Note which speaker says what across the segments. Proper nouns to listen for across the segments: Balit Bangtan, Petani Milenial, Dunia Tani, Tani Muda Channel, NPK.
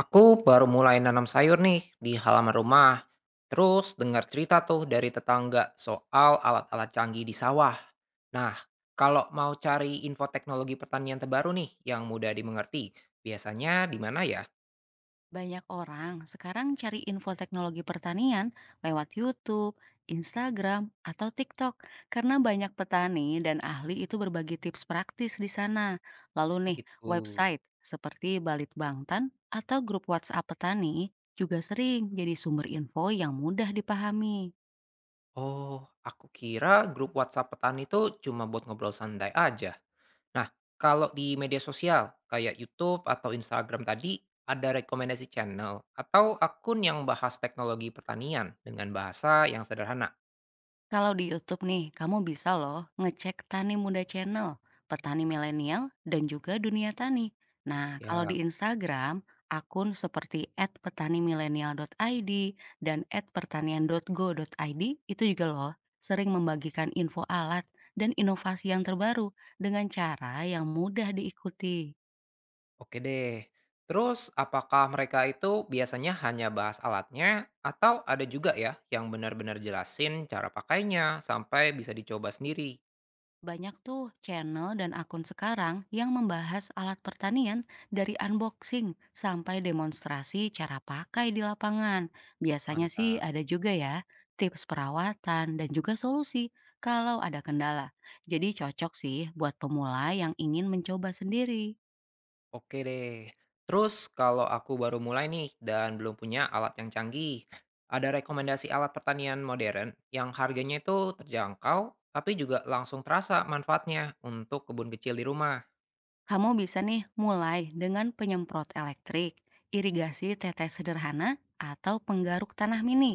Speaker 1: Aku baru mulai nanam sayur nih di halaman rumah. Terus dengar cerita tuh dari tetangga soal alat-alat canggih di sawah. Nah, kalau mau cari info teknologi pertanian terbaru nih yang mudah dimengerti, biasanya di mana ya?
Speaker 2: Banyak orang sekarang cari info teknologi pertanian lewat YouTube, Instagram, atau TikTok karena banyak petani dan ahli itu berbagi tips praktis di sana. Lalu nih,
Speaker 1: Begitu.
Speaker 2: website seperti Balit Bangtan atau grup WhatsApp petani juga sering jadi sumber info yang mudah dipahami.
Speaker 1: Oh, aku kira grup WhatsApp petani itu cuma buat ngobrol santai aja. Nah, kalau di media sosial kayak YouTube atau Instagram tadi, ada rekomendasi channel atau akun yang bahas teknologi pertanian dengan bahasa yang sederhana.
Speaker 2: Kalau di YouTube nih, kamu bisa loh ngecek Tani Muda Channel, Petani Milenial, dan juga Dunia Tani. Nah, kalau di
Speaker 1: Siap,
Speaker 2: Instagram, akun seperti @petanimilenial.id dan @pertanian.go.id itu juga loh sering membagikan info alat dan inovasi yang terbaru dengan cara yang mudah diikuti.
Speaker 1: oke deh. Terus, apakah mereka itu biasanya hanya bahas alatnya atau ada juga ya yang benar-benar jelasin cara pakainya sampai bisa dicoba sendiri?
Speaker 2: Banyak tuh channel dan akun sekarang yang membahas alat pertanian dari unboxing sampai demonstrasi cara pakai di lapangan. Biasanya sih
Speaker 1: Mantap.
Speaker 2: ada juga ya tips perawatan dan juga solusi kalau ada kendala. Jadi cocok sih buat pemula yang ingin mencoba sendiri.
Speaker 1: Oke deh. Terus kalau aku baru mulai nih dan belum punya alat yang canggih, ada rekomendasi alat pertanian modern yang harganya itu terjangkau tapi juga langsung terasa manfaatnya untuk kebun kecil di rumah.
Speaker 2: Kamu bisa nih mulai dengan penyemprot elektrik, irigasi tetes sederhana, atau penggaruk tanah mini.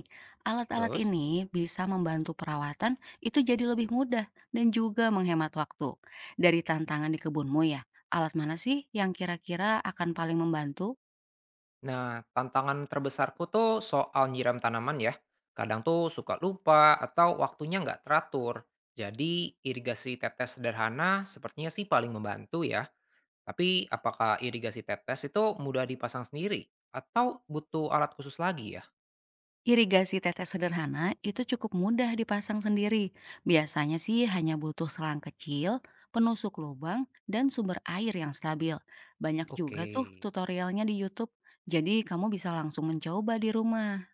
Speaker 2: Alat-alat
Speaker 1: Terus?
Speaker 2: ini bisa membantu perawatan itu jadi lebih mudah dan juga menghemat waktu. Dari tantangan di kebunmu ya, alat mana sih yang kira-kira akan paling membantu?
Speaker 1: Nah, tantangan terbesarku tuh soal nyiram tanaman ya. Kadang tuh suka lupa atau waktunya nggak teratur. Jadi irigasi tetes sederhana sepertinya sih paling membantu ya. Tapi apakah irigasi tetes itu mudah dipasang sendiri atau butuh alat khusus lagi ya?
Speaker 2: Irigasi tetes sederhana itu cukup mudah dipasang sendiri. Biasanya sih hanya butuh selang kecil, penusuk lubang, dan sumber air yang stabil. Banyak
Speaker 1: Oke,
Speaker 2: juga tuh tutorialnya di YouTube. Jadi kamu bisa langsung mencoba di rumah.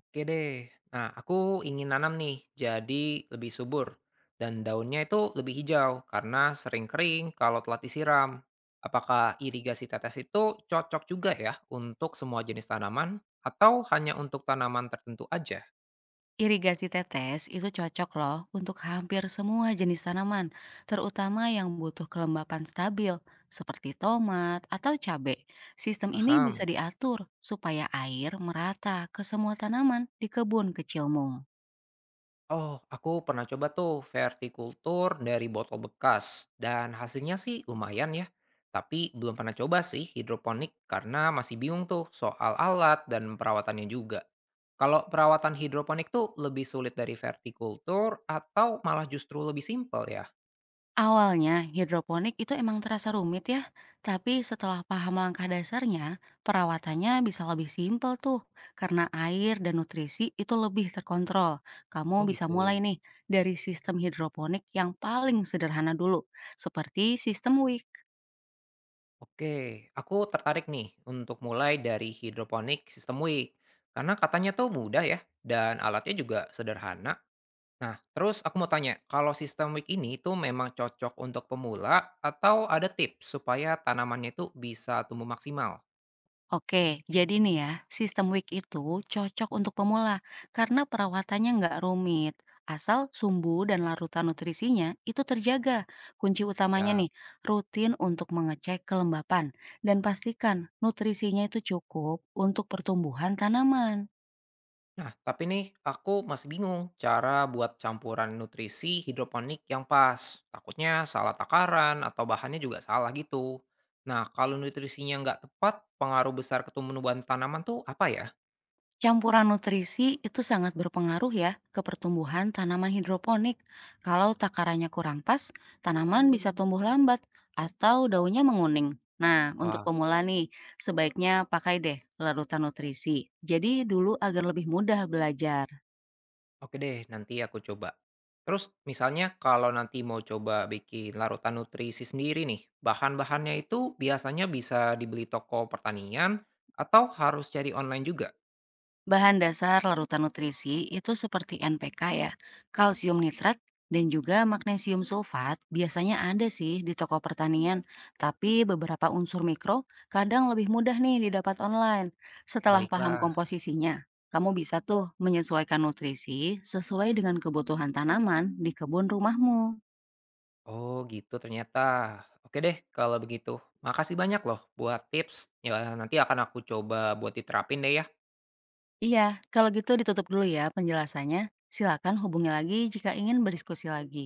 Speaker 1: oke deh. Nah, aku ingin nanam nih jadi lebih subur dan daunnya itu lebih hijau karena sering kering kalau telat disiram. Apakah irigasi tetes itu cocok juga ya untuk semua jenis tanaman atau hanya untuk tanaman tertentu aja?
Speaker 2: Irigasi tetes itu cocok loh untuk hampir semua jenis tanaman, terutama yang butuh kelembapan stabil seperti tomat atau cabai. Sistem ini bisa
Speaker 1: Paham?
Speaker 2: diatur supaya air merata ke semua tanaman di kebun kecilmu.
Speaker 1: Oh, aku pernah coba tuh vertikultur dari botol bekas dan hasilnya sih lumayan ya. Tapi belum pernah coba sih hidroponik karena masih bingung tuh soal alat dan perawatannya juga. Kalau perawatan hidroponik tuh lebih sulit dari vertikultur atau malah justru lebih simpel ya?
Speaker 2: Awalnya hidroponik itu emang terasa rumit ya, tapi setelah paham langkah dasarnya, perawatannya bisa lebih simpel tuh. Karena air dan nutrisi itu lebih terkontrol. Kamu
Speaker 1: Oh
Speaker 2: bisa mulai
Speaker 1: gitu.
Speaker 2: nih dari sistem hidroponik yang paling sederhana dulu, seperti sistem Wicks.
Speaker 1: Oke, aku tertarik nih untuk mulai dari hidroponik sistem WIC. Karena katanya tuh mudah ya dan alatnya juga sederhana. Nah, terus aku mau tanya, kalau sistem week ini itu memang cocok untuk pemula atau ada tips supaya tanamannya itu bisa tumbuh maksimal?
Speaker 2: Oke, jadi nih ya, sistem WIC itu cocok untuk pemula karena perawatannya nggak rumit. Asal sumbu dan larutan nutrisinya itu terjaga. Kunci utamanya
Speaker 1: Ya,
Speaker 2: nih, rutin untuk mengecek kelembapan dan pastikan nutrisinya itu cukup untuk pertumbuhan tanaman.
Speaker 1: nah, tapi nih aku masih bingung cara buat campuran nutrisi hidroponik yang pas. Takutnya salah takaran atau bahannya juga salah gitu. Nah, kalau nutrisinya nggak tepat, pengaruh besar ke tumbuhan tanaman tuh apa ya?
Speaker 2: Campuran nutrisi itu sangat berpengaruh ya ke pertumbuhan tanaman hidroponik. Kalau takarannya kurang pas, tanaman bisa tumbuh lambat atau daunnya menguning. Nah, untuk pemula nih, sebaiknya pakai deh larutan nutrisi. Jadi dulu agar lebih mudah belajar.
Speaker 1: Oke deh, nanti aku coba. Terus misalnya kalau nanti mau coba bikin larutan nutrisi sendiri nih, bahan-bahannya itu biasanya bisa dibeli toko pertanian atau harus cari online juga?
Speaker 2: Bahan dasar larutan nutrisi itu seperti NPK ya, kalsium nitrat, dan juga magnesium sulfat biasanya ada sih di toko pertanian, tapi beberapa unsur mikro kadang lebih mudah nih didapat online. Setelah paham
Speaker 1: Baiklah.
Speaker 2: komposisinya, kamu bisa tuh menyesuaikan nutrisi sesuai dengan kebutuhan tanaman di kebun rumahmu.
Speaker 1: Oh gitu ternyata. Oke deh kalau begitu. Makasih banyak loh buat tips. Ya nanti akan aku coba buat diterapin deh ya.
Speaker 2: Iya, kalau gitu ditutup dulu ya penjelasannya. Silakan hubungi lagi jika ingin berdiskusi lagi.